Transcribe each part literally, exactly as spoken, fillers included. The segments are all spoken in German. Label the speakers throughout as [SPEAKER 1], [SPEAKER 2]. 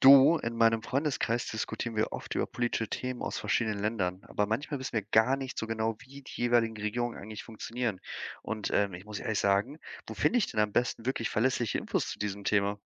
[SPEAKER 1] Du, in meinem Freundeskreis diskutieren wir oft über politische Themen aus verschiedenen Ländern, aber manchmal wissen wir gar nicht so genau, wie die jeweiligen Regierungen eigentlich funktionieren. Und ähm, ich muss ehrlich sagen, wo finde ich denn am besten wirklich verlässliche Infos zu diesem Thema?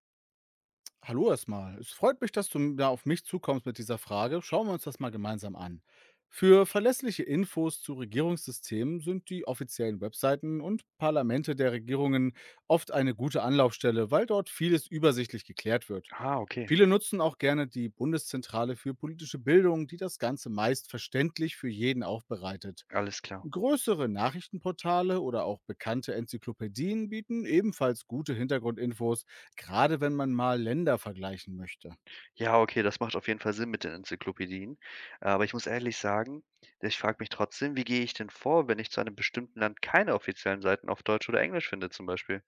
[SPEAKER 2] Hallo erstmal. Es freut mich, dass du da auf mich zukommst mit dieser Frage. Schauen wir uns das mal gemeinsam an. Für verlässliche Infos zu Regierungssystemen sind die offiziellen Webseiten und Parlamente der Regierungen oft eine gute Anlaufstelle, weil dort vieles übersichtlich geklärt wird.
[SPEAKER 1] Ah, okay,
[SPEAKER 2] Viele nutzen auch gerne die Bundeszentrale für politische Bildung, die das Ganze meist verständlich für jeden aufbereitet.
[SPEAKER 1] alles klar.
[SPEAKER 2] Größere Nachrichtenportale oder auch bekannte Enzyklopädien bieten ebenfalls gute Hintergrundinfos, gerade wenn man mal Länder vergleichen möchte.
[SPEAKER 1] Ja, okay, das macht auf jeden Fall Sinn mit den Enzyklopädien. Aber ich muss ehrlich sagen, ich frage mich trotzdem, wie gehe ich denn vor, wenn ich zu einem bestimmten Land keine offiziellen Seiten auf Deutsch oder Englisch finde, zum Beispiel?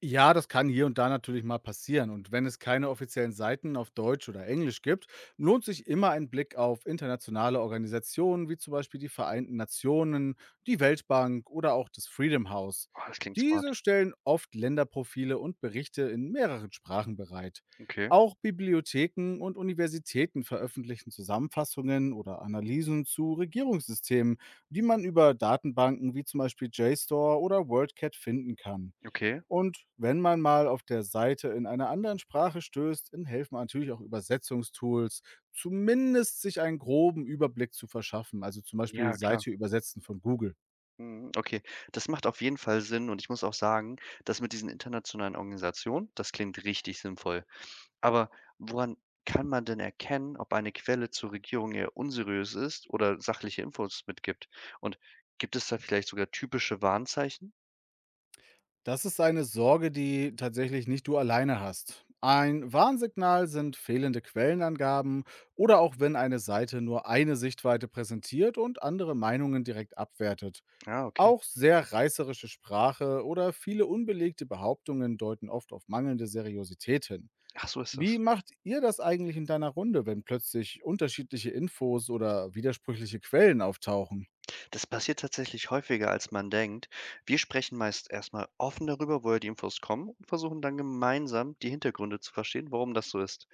[SPEAKER 2] Ja, das kann hier und da natürlich mal passieren. Und wenn es keine offiziellen Seiten auf Deutsch oder Englisch gibt, lohnt sich immer ein Blick auf internationale Organisationen wie zum Beispiel die Vereinten Nationen, die Weltbank oder auch das Freedom House.
[SPEAKER 1] Oh, das klingt smart.
[SPEAKER 2] Diese stellen oft Länderprofile und Berichte in mehreren Sprachen bereit.
[SPEAKER 1] Okay,
[SPEAKER 2] Auch Bibliotheken und Universitäten veröffentlichen Zusammenfassungen oder Analysen zu Regierungssystemen, die man über Datenbanken wie zum Beispiel J S T O R oder WorldCat finden kann.
[SPEAKER 1] okay.
[SPEAKER 2] Und wenn man mal auf der Seite in einer anderen Sprache stößt, dann helfen natürlich auch Übersetzungstools, zumindest sich einen groben Überblick zu verschaffen, also zum Beispiel
[SPEAKER 1] Ja, klar.
[SPEAKER 2] Seite übersetzen von Google.
[SPEAKER 1] Mhm, okay. Das macht auf jeden Fall Sinn und ich muss auch sagen, das mit diesen internationalen Organisationen, das klingt richtig sinnvoll. Aber woran kann man denn erkennen, ob eine Quelle zur Regierung eher unseriös ist oder sachliche Infos mitgibt? Und gibt es da vielleicht sogar typische Warnzeichen?
[SPEAKER 2] Das ist eine Sorge, die tatsächlich nicht du alleine hast. Ein Warnsignal sind fehlende Quellenangaben oder auch wenn eine Seite nur eine Sichtweite präsentiert und andere Meinungen direkt abwertet.
[SPEAKER 1] Ja, okay.
[SPEAKER 2] Auch sehr reißerische Sprache oder viele unbelegte Behauptungen deuten oft auf mangelnde Seriosität hin.
[SPEAKER 1] Ach, so ist
[SPEAKER 2] Wie
[SPEAKER 1] das.
[SPEAKER 2] macht ihr das eigentlich in deiner Runde, wenn plötzlich unterschiedliche Infos oder widersprüchliche Quellen auftauchen?
[SPEAKER 1] Das passiert tatsächlich häufiger, als man denkt. Wir sprechen meist erstmal offen darüber, woher die Infos kommen und versuchen dann gemeinsam die Hintergründe zu verstehen, warum das so ist.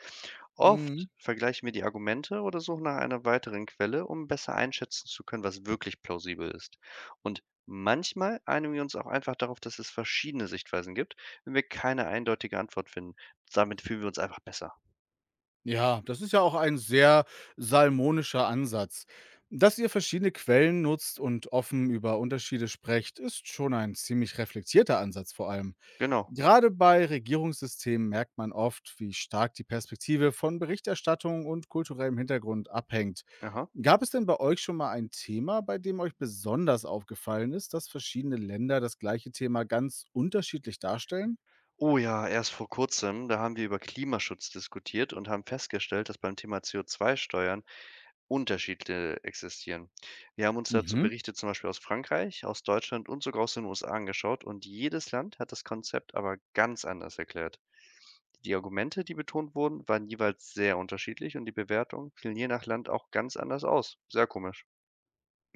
[SPEAKER 1] Oft vergleichen wir die Argumente oder suchen nach einer weiteren Quelle, um besser einschätzen zu können, was wirklich plausibel ist. Und manchmal einigen wir uns auch einfach darauf, dass es verschiedene Sichtweisen gibt, wenn wir keine eindeutige Antwort finden. Damit fühlen wir uns einfach besser.
[SPEAKER 2] Ja, das ist ja auch ein sehr salmonischer Ansatz. Dass ihr verschiedene Quellen nutzt und offen über Unterschiede sprecht, ist schon ein ziemlich reflektierter Ansatz vor allem.
[SPEAKER 1] Genau.
[SPEAKER 2] Gerade bei Regierungssystemen merkt man oft, wie stark die Perspektive von Berichterstattung und kulturellem Hintergrund abhängt.
[SPEAKER 1] Aha.
[SPEAKER 2] Gab es denn bei euch schon mal ein Thema, bei dem euch besonders aufgefallen ist, dass verschiedene Länder das gleiche Thema ganz unterschiedlich darstellen?
[SPEAKER 1] Oh ja, erst vor kurzem, da haben wir über Klimaschutz diskutiert und haben festgestellt, dass beim Thema C O zwei-Steuern Unterschiede existieren. Wir haben uns dazu
[SPEAKER 2] Mhm.
[SPEAKER 1] Berichte zum Beispiel aus Frankreich, aus Deutschland und sogar aus den U S A angeschaut und jedes Land hat das Konzept aber ganz anders erklärt. Die Argumente, die betont wurden, waren jeweils sehr unterschiedlich und die Bewertungen fielen je nach Land auch ganz anders aus. Sehr komisch.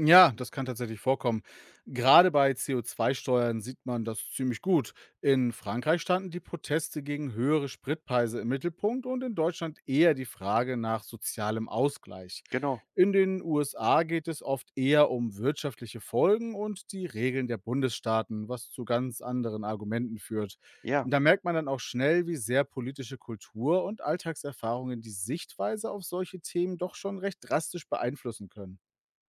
[SPEAKER 2] Ja, das kann tatsächlich vorkommen. Gerade bei C O zwei Steuern sieht man das ziemlich gut. In Frankreich standen die Proteste gegen höhere Spritpreise im Mittelpunkt und in Deutschland eher die Frage nach sozialem Ausgleich.
[SPEAKER 1] Genau.
[SPEAKER 2] In den U S A geht es oft eher um wirtschaftliche Folgen und die Regeln der Bundesstaaten, was zu ganz anderen Argumenten führt.
[SPEAKER 1] Ja,
[SPEAKER 2] Und da merkt man dann auch schnell, wie sehr politische Kultur und Alltagserfahrungen die Sichtweise auf solche Themen doch schon recht drastisch beeinflussen können.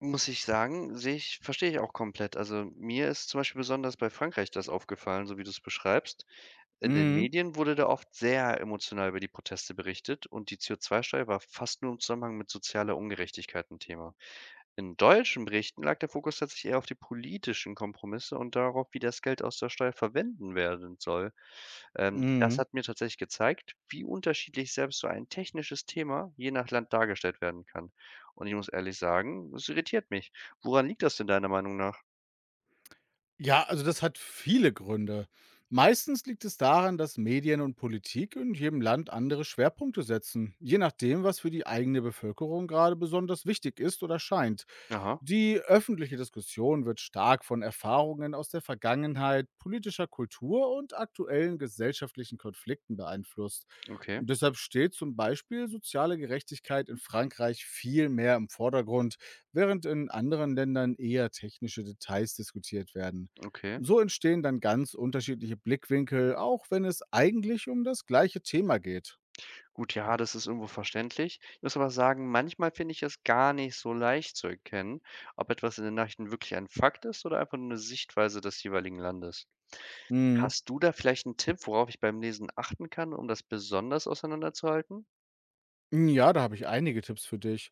[SPEAKER 1] muss ich sagen, sehe ich, verstehe ich auch komplett. Also mir ist zum Beispiel besonders bei Frankreich das aufgefallen, so wie du es beschreibst. In den
[SPEAKER 2] Mhm.
[SPEAKER 1] Medien wurde da oft sehr emotional über die Proteste berichtet und die C O zwei-Steuer war fast nur im Zusammenhang mit sozialer Ungerechtigkeit 'n Thema. In deutschen Berichten lag der Fokus tatsächlich eher auf die politischen Kompromisse und darauf, wie das Geld aus der Steuer verwenden werden soll. Ähm, das
[SPEAKER 2] Mhm.
[SPEAKER 1] hat mir tatsächlich gezeigt, wie unterschiedlich selbst so ein technisches Thema je nach Land dargestellt werden kann. Und ich muss ehrlich sagen, es irritiert mich. Woran liegt das denn deiner Meinung nach?
[SPEAKER 2] Ja, also das hat viele Gründe. Meistens liegt es daran, dass Medien und Politik in jedem Land andere Schwerpunkte setzen, je nachdem, was für die eigene Bevölkerung gerade besonders wichtig ist oder scheint.
[SPEAKER 1] Aha,
[SPEAKER 2] Die öffentliche Diskussion wird stark von Erfahrungen aus der Vergangenheit, politischer Kultur und aktuellen gesellschaftlichen Konflikten beeinflusst.
[SPEAKER 1] okay,
[SPEAKER 2] Und deshalb steht zum Beispiel soziale Gerechtigkeit in Frankreich viel mehr im Vordergrund, während in anderen Ländern eher technische Details diskutiert werden.
[SPEAKER 1] okay.
[SPEAKER 2] So entstehen dann ganz unterschiedliche Blickwinkel, auch wenn es eigentlich um das gleiche Thema geht.
[SPEAKER 1] Gut, ja, das ist irgendwo verständlich. Ich muss aber sagen, manchmal finde ich es gar nicht so leicht zu erkennen, ob etwas in den Nachrichten wirklich ein Fakt ist oder einfach nur 'ne Sichtweise des jeweiligen Landes.
[SPEAKER 2] Hm.
[SPEAKER 1] Hast du da vielleicht einen Tipp, worauf ich beim Lesen achten kann, um das besonders auseinanderzuhalten?
[SPEAKER 2] Ja, da habe ich einige Tipps für dich.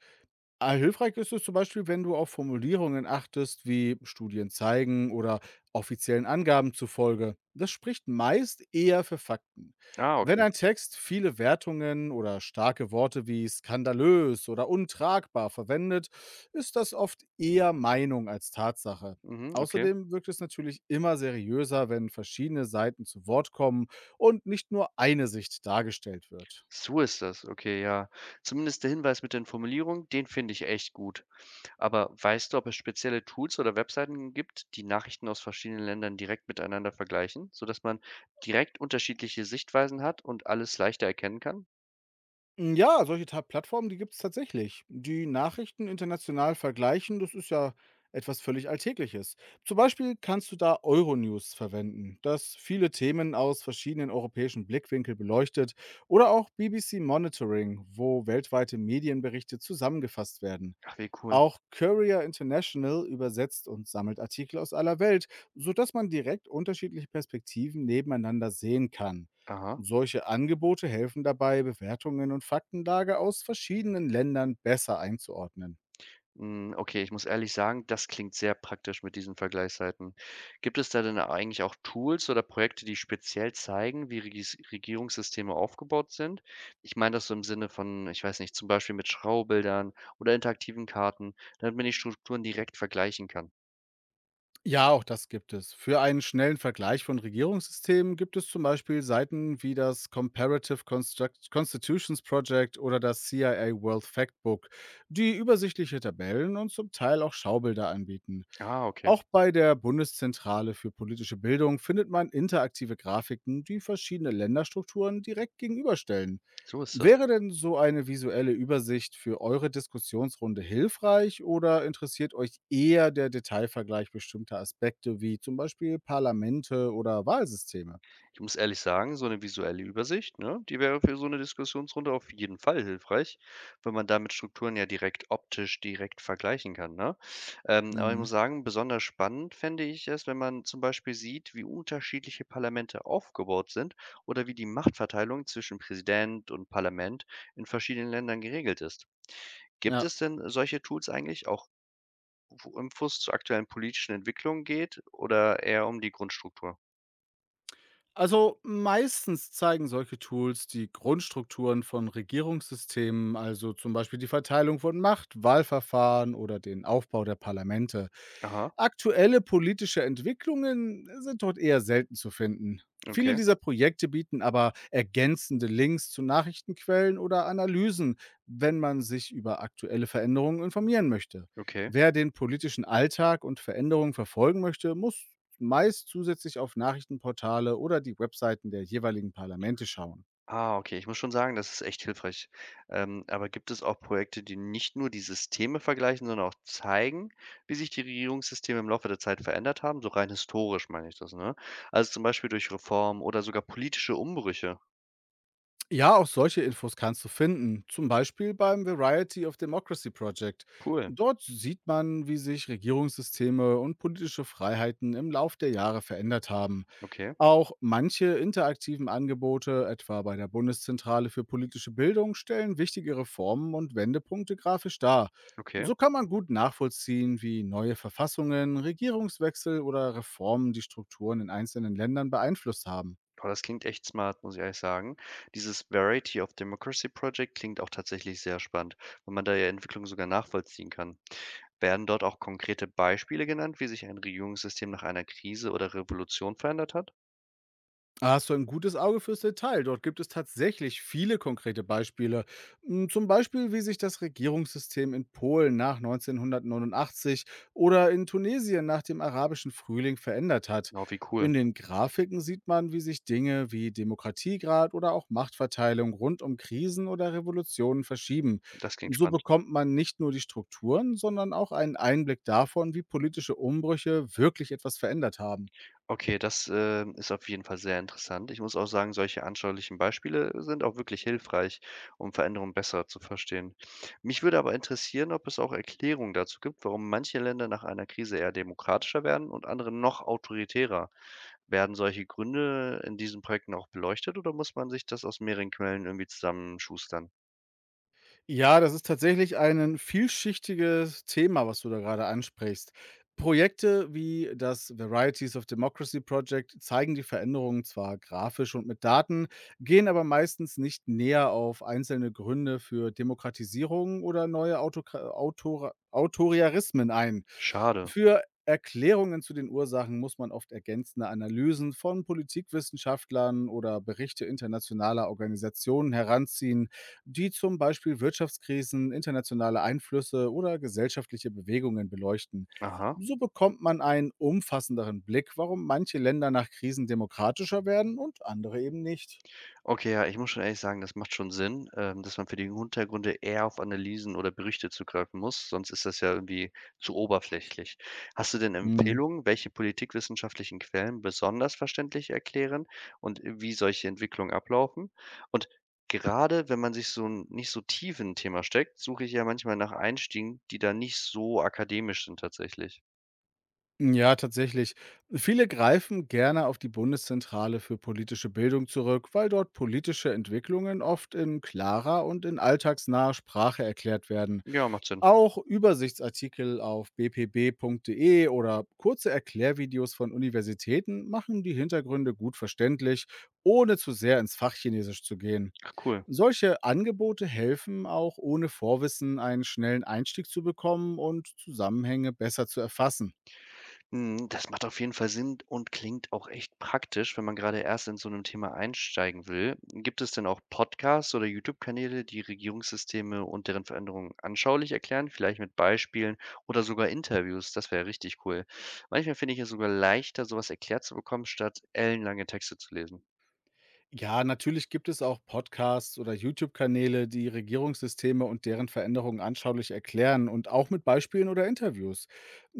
[SPEAKER 2] Ah, hilfreich ist es zum Beispiel, wenn du auf Formulierungen achtest, wie Studien zeigen oder offiziellen Angaben zufolge. Das spricht meist eher für Fakten.
[SPEAKER 1] Ah,
[SPEAKER 2] Wenn
[SPEAKER 1] okay.
[SPEAKER 2] ein Text viele Wertungen oder starke Worte wie skandalös oder untragbar verwendet, ist das oft eher Meinung als Tatsache.
[SPEAKER 1] Mhm, okay.
[SPEAKER 2] Außerdem wirkt es natürlich immer seriöser, wenn verschiedene Seiten zu Wort kommen und nicht nur eine Sicht dargestellt wird.
[SPEAKER 1] So ist das. Okay, ja. Zumindest der Hinweis mit den Formulierungen, den finde ich echt gut. Aber weißt du, ob es spezielle Tools oder Webseiten gibt, die Nachrichten aus verschiedenen Ländern direkt miteinander vergleichen, sodass man direkt unterschiedliche Sichtweisen hat und alles leichter erkennen kann?
[SPEAKER 2] Hm, ja, solche Ta Plattformen, die gibt es tatsächlich, die Nachrichten international vergleichen. Das ist ja etwas völlig Alltägliches. Zum Beispiel kannst du da Euronews verwenden, das viele Themen aus verschiedenen europäischen Blickwinkeln beleuchtet, oder auch B B C Monitoring, wo weltweite Medienberichte zusammengefasst werden.
[SPEAKER 1] Ach, wie cool.
[SPEAKER 2] Auch Courier International übersetzt und sammelt Artikel aus aller Welt, sodass man direkt unterschiedliche Perspektiven nebeneinander sehen kann.
[SPEAKER 1] Aha.
[SPEAKER 2] Solche Angebote helfen dabei, Bewertungen und Faktenlage aus verschiedenen Ländern besser einzuordnen.
[SPEAKER 1] Hm, okay, ich muss ehrlich sagen, das klingt sehr praktisch mit diesen Vergleichsseiten. Gibt es da denn eigentlich auch Tools oder Projekte, die speziell zeigen, wie Regis Regierungssysteme aufgebaut sind? Ich meine das so im Sinne von, ich weiß nicht, zum Beispiel mit Schraubildern oder interaktiven Karten, damit man die Strukturen direkt vergleichen kann.
[SPEAKER 2] Ja, auch das gibt es. Für einen schnellen Vergleich von Regierungssystemen gibt es zum Beispiel Seiten wie das Comparative Construct Constitutions Project oder das C I A World Factbook, die übersichtliche Tabellen und zum Teil auch Schaubilder anbieten.
[SPEAKER 1] Ah, okay.
[SPEAKER 2] Auch bei der Bundeszentrale für politische Bildung findet man interaktive Grafiken, die verschiedene Länderstrukturen direkt gegenüberstellen.
[SPEAKER 1] So ist das.
[SPEAKER 2] Wäre denn so eine visuelle Übersicht für eure Diskussionsrunde hilfreich oder interessiert euch eher der Detailvergleich bestimmter Aspekte wie zum Beispiel Parlamente oder Wahlsysteme?
[SPEAKER 1] Ich muss ehrlich sagen, so eine visuelle Übersicht, ne, die wäre für so eine Diskussionsrunde auf jeden Fall hilfreich, weil man damit Strukturen ja direkt optisch direkt vergleichen kann, ne? Ähm, aber ich muss
[SPEAKER 2] Mhm.
[SPEAKER 1] sagen, besonders spannend fände ich es, wenn man zum Beispiel sieht, wie unterschiedliche Parlamente aufgebaut sind oder wie die Machtverteilung zwischen Präsident und Parlament in verschiedenen Ländern geregelt ist. Gibt
[SPEAKER 2] Ja.
[SPEAKER 1] es denn solche Tools eigentlich auch, wo Infos zu aktuellen politischen Entwicklungen geht oder eher um die Grundstruktur?
[SPEAKER 2] Also meistens zeigen solche Tools die Grundstrukturen von Regierungssystemen, also zum Beispiel die Verteilung von Macht, Wahlverfahren oder den Aufbau der Parlamente.
[SPEAKER 1] Aha,
[SPEAKER 2] Aktuelle politische Entwicklungen sind dort eher selten zu finden. Viele
[SPEAKER 1] okay.
[SPEAKER 2] dieser Projekte bieten aber ergänzende Links zu Nachrichtenquellen oder Analysen, wenn man sich über aktuelle Veränderungen informieren möchte.
[SPEAKER 1] Okay.
[SPEAKER 2] Wer den politischen Alltag und Veränderungen verfolgen möchte, muss meist zusätzlich auf Nachrichtenportale oder die Webseiten der jeweiligen Parlamente schauen.
[SPEAKER 1] Ah, okay. Ich muss schon sagen, das ist echt hilfreich. Ähm, aber gibt es auch Projekte, die nicht nur die Systeme vergleichen, sondern auch zeigen, wie sich die Regierungssysteme im Laufe der Zeit verändert haben? So rein historisch meine ich das, ne? Also zum Beispiel durch Reformen oder sogar politische Umbrüche.
[SPEAKER 2] Ja, auch solche Infos kannst du finden, zum Beispiel beim Variety of Democracy Project.
[SPEAKER 1] Cool.
[SPEAKER 2] Dort sieht man, wie sich Regierungssysteme und politische Freiheiten im Lauf der Jahre verändert haben.
[SPEAKER 1] Okay,
[SPEAKER 2] Auch manche interaktiven Angebote, etwa bei der Bundeszentrale für politische Bildung, stellen wichtige Reformen und Wendepunkte grafisch dar.
[SPEAKER 1] okay.
[SPEAKER 2] So kann man gut nachvollziehen, wie neue Verfassungen, Regierungswechsel oder Reformen die Strukturen in einzelnen Ländern beeinflusst haben.
[SPEAKER 1] Boah, das klingt echt smart, muss ich ehrlich sagen. Dieses Variety of Democracy Project klingt auch tatsächlich sehr spannend, weil man da ja Entwicklung sogar nachvollziehen kann. Werden dort auch konkrete Beispiele genannt, wie sich ein Regierungssystem nach einer Krise oder Revolution verändert hat?
[SPEAKER 2] Da hast du ein gutes Auge fürs Detail. Dort gibt es tatsächlich viele konkrete Beispiele. M, Zum Beispiel, wie sich das Regierungssystem in Polen nach neunzehnhundertneunundachtzig oder in Tunesien nach dem arabischen Frühling verändert hat.
[SPEAKER 1] Oh, wie cool.
[SPEAKER 2] In den Grafiken sieht man, wie sich Dinge wie Demokratiegrad oder auch Machtverteilung rund um Krisen oder Revolutionen verschieben.
[SPEAKER 1] Das klingt
[SPEAKER 2] So
[SPEAKER 1] spannend.
[SPEAKER 2] bekommt man nicht nur die Strukturen, sondern auch einen Einblick davon, wie politische Umbrüche wirklich etwas verändert haben.
[SPEAKER 1] Okay, das, ähm, ist auf jeden Fall sehr interessant. Ich muss auch sagen, solche anschaulichen Beispiele sind auch wirklich hilfreich, um Veränderungen besser zu verstehen. Mich würde aber interessieren, ob es auch Erklärungen dazu gibt, warum manche Länder nach einer Krise eher demokratischer werden und andere noch autoritärer. Werden solche Gründe in diesen Projekten auch beleuchtet oder muss man sich das aus mehreren Quellen irgendwie zusammenschustern?
[SPEAKER 2] Ja, das ist tatsächlich ein vielschichtiges Thema, was du da gerade ansprichst. Projekte wie das Varieties of Democracy Project zeigen die Veränderungen zwar grafisch und mit Daten, gehen aber meistens nicht näher auf einzelne Gründe für Demokratisierung oder neue Autokra Autora Autoriarismen ein.
[SPEAKER 1] Schade.
[SPEAKER 2] Für Erklärungen zu den Ursachen muss man oft ergänzende Analysen von Politikwissenschaftlern oder Berichte internationaler Organisationen heranziehen, die zum Beispiel Wirtschaftskrisen, internationale Einflüsse oder gesellschaftliche Bewegungen beleuchten.
[SPEAKER 1] Aha.
[SPEAKER 2] So bekommt man einen umfassenderen Blick, warum manche Länder nach Krisen demokratischer werden und andere eben nicht.
[SPEAKER 1] Okay, ja, ich muss schon ehrlich sagen, das macht schon Sinn, ähm, dass man für die Hintergründe eher auf Analysen oder Berichte zugreifen muss, sonst ist das ja irgendwie zu oberflächlich. Hast du denn
[SPEAKER 2] Hm.
[SPEAKER 1] Empfehlungen, welche politikwissenschaftlichen Quellen besonders verständlich erklären und wie solche Entwicklungen ablaufen? Und gerade wenn man sich so n- nicht so tief in ein Thema steckt, suche ich ja manchmal nach Einstiegen, die da nicht so akademisch sind tatsächlich.
[SPEAKER 2] Ja, tatsächlich. Viele greifen gerne auf die Bundeszentrale für politische Bildung zurück, weil dort politische Entwicklungen oft in klarer und in alltagsnaher Sprache erklärt werden.
[SPEAKER 1] Ja, macht Sinn.
[SPEAKER 2] Auch Übersichtsartikel auf bpb.de oder kurze Erklärvideos von Universitäten machen die Hintergründe gut verständlich, ohne zu sehr ins Fachchinesisch zu gehen.
[SPEAKER 1] Ach, cool.
[SPEAKER 2] Solche Angebote helfen auch ohne Vorwissen einen schnellen Einstieg zu bekommen und Zusammenhänge besser zu erfassen.
[SPEAKER 1] Mhm, das macht auf jeden Fall Sinn und klingt auch echt praktisch, wenn man gerade erst in so einem Thema einsteigen will. Gibt es denn auch Podcasts oder YouTube-Kanäle, die Regierungssysteme und deren Veränderungen anschaulich erklären, vielleicht mit Beispielen oder sogar Interviews? Das wäre ja richtig cool. Manchmal finde ich es sogar leichter, sowas erklärt zu bekommen, statt ellenlange Texte zu lesen.
[SPEAKER 2] Ja, natürlich gibt es auch Podcasts oder YouTube-Kanäle, die Regierungssysteme und deren Veränderungen anschaulich erklären und auch mit Beispielen oder Interviews.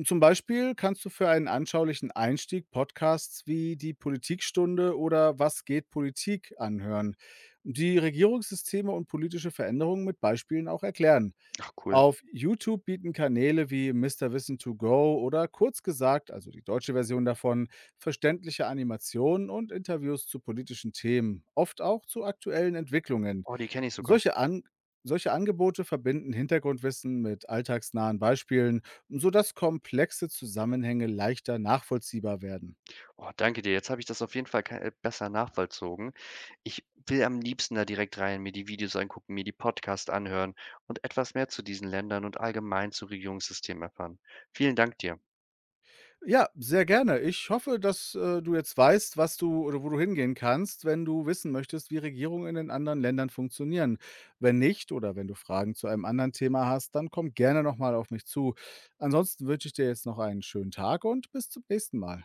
[SPEAKER 2] Zum Beispiel kannst du für einen anschaulichen Einstieg Podcasts wie die Politikstunde oder Was geht Politik anhören, die Regierungssysteme und politische Veränderungen mit Beispielen auch erklären.
[SPEAKER 1] Ach cool.
[SPEAKER 2] Auf YouTube bieten Kanäle wie Mister Wissen to Go oder kurz gesagt, also die deutsche Version davon, verständliche Animationen und Interviews zu politischen Themen, oft auch zu aktuellen Entwicklungen.
[SPEAKER 1] Oh, die kenne ich sogar.
[SPEAKER 2] Solche, An Solche Angebote verbinden Hintergrundwissen mit alltagsnahen Beispielen, sodass komplexe Zusammenhänge leichter nachvollziehbar werden.
[SPEAKER 1] Oh, danke dir. Jetzt habe ich das auf jeden Fall kei besser nachvollzogen. Ich will am liebsten da direkt rein, mir die Videos angucken, mir die Podcasts anhören und etwas mehr zu diesen Ländern und allgemein zu Regierungssystemen erfahren. Vielen Dank dir.
[SPEAKER 2] Ja, sehr gerne. Ich hoffe, dass, äh, du jetzt weißt, was du oder wo du hingehen kannst, wenn du wissen möchtest, wie Regierungen in den anderen Ländern funktionieren. Wenn nicht oder wenn du Fragen zu einem anderen Thema hast, dann komm gerne noch mal auf mich zu. Ansonsten wünsche ich dir jetzt noch einen schönen Tag und bis zum nächsten Mal.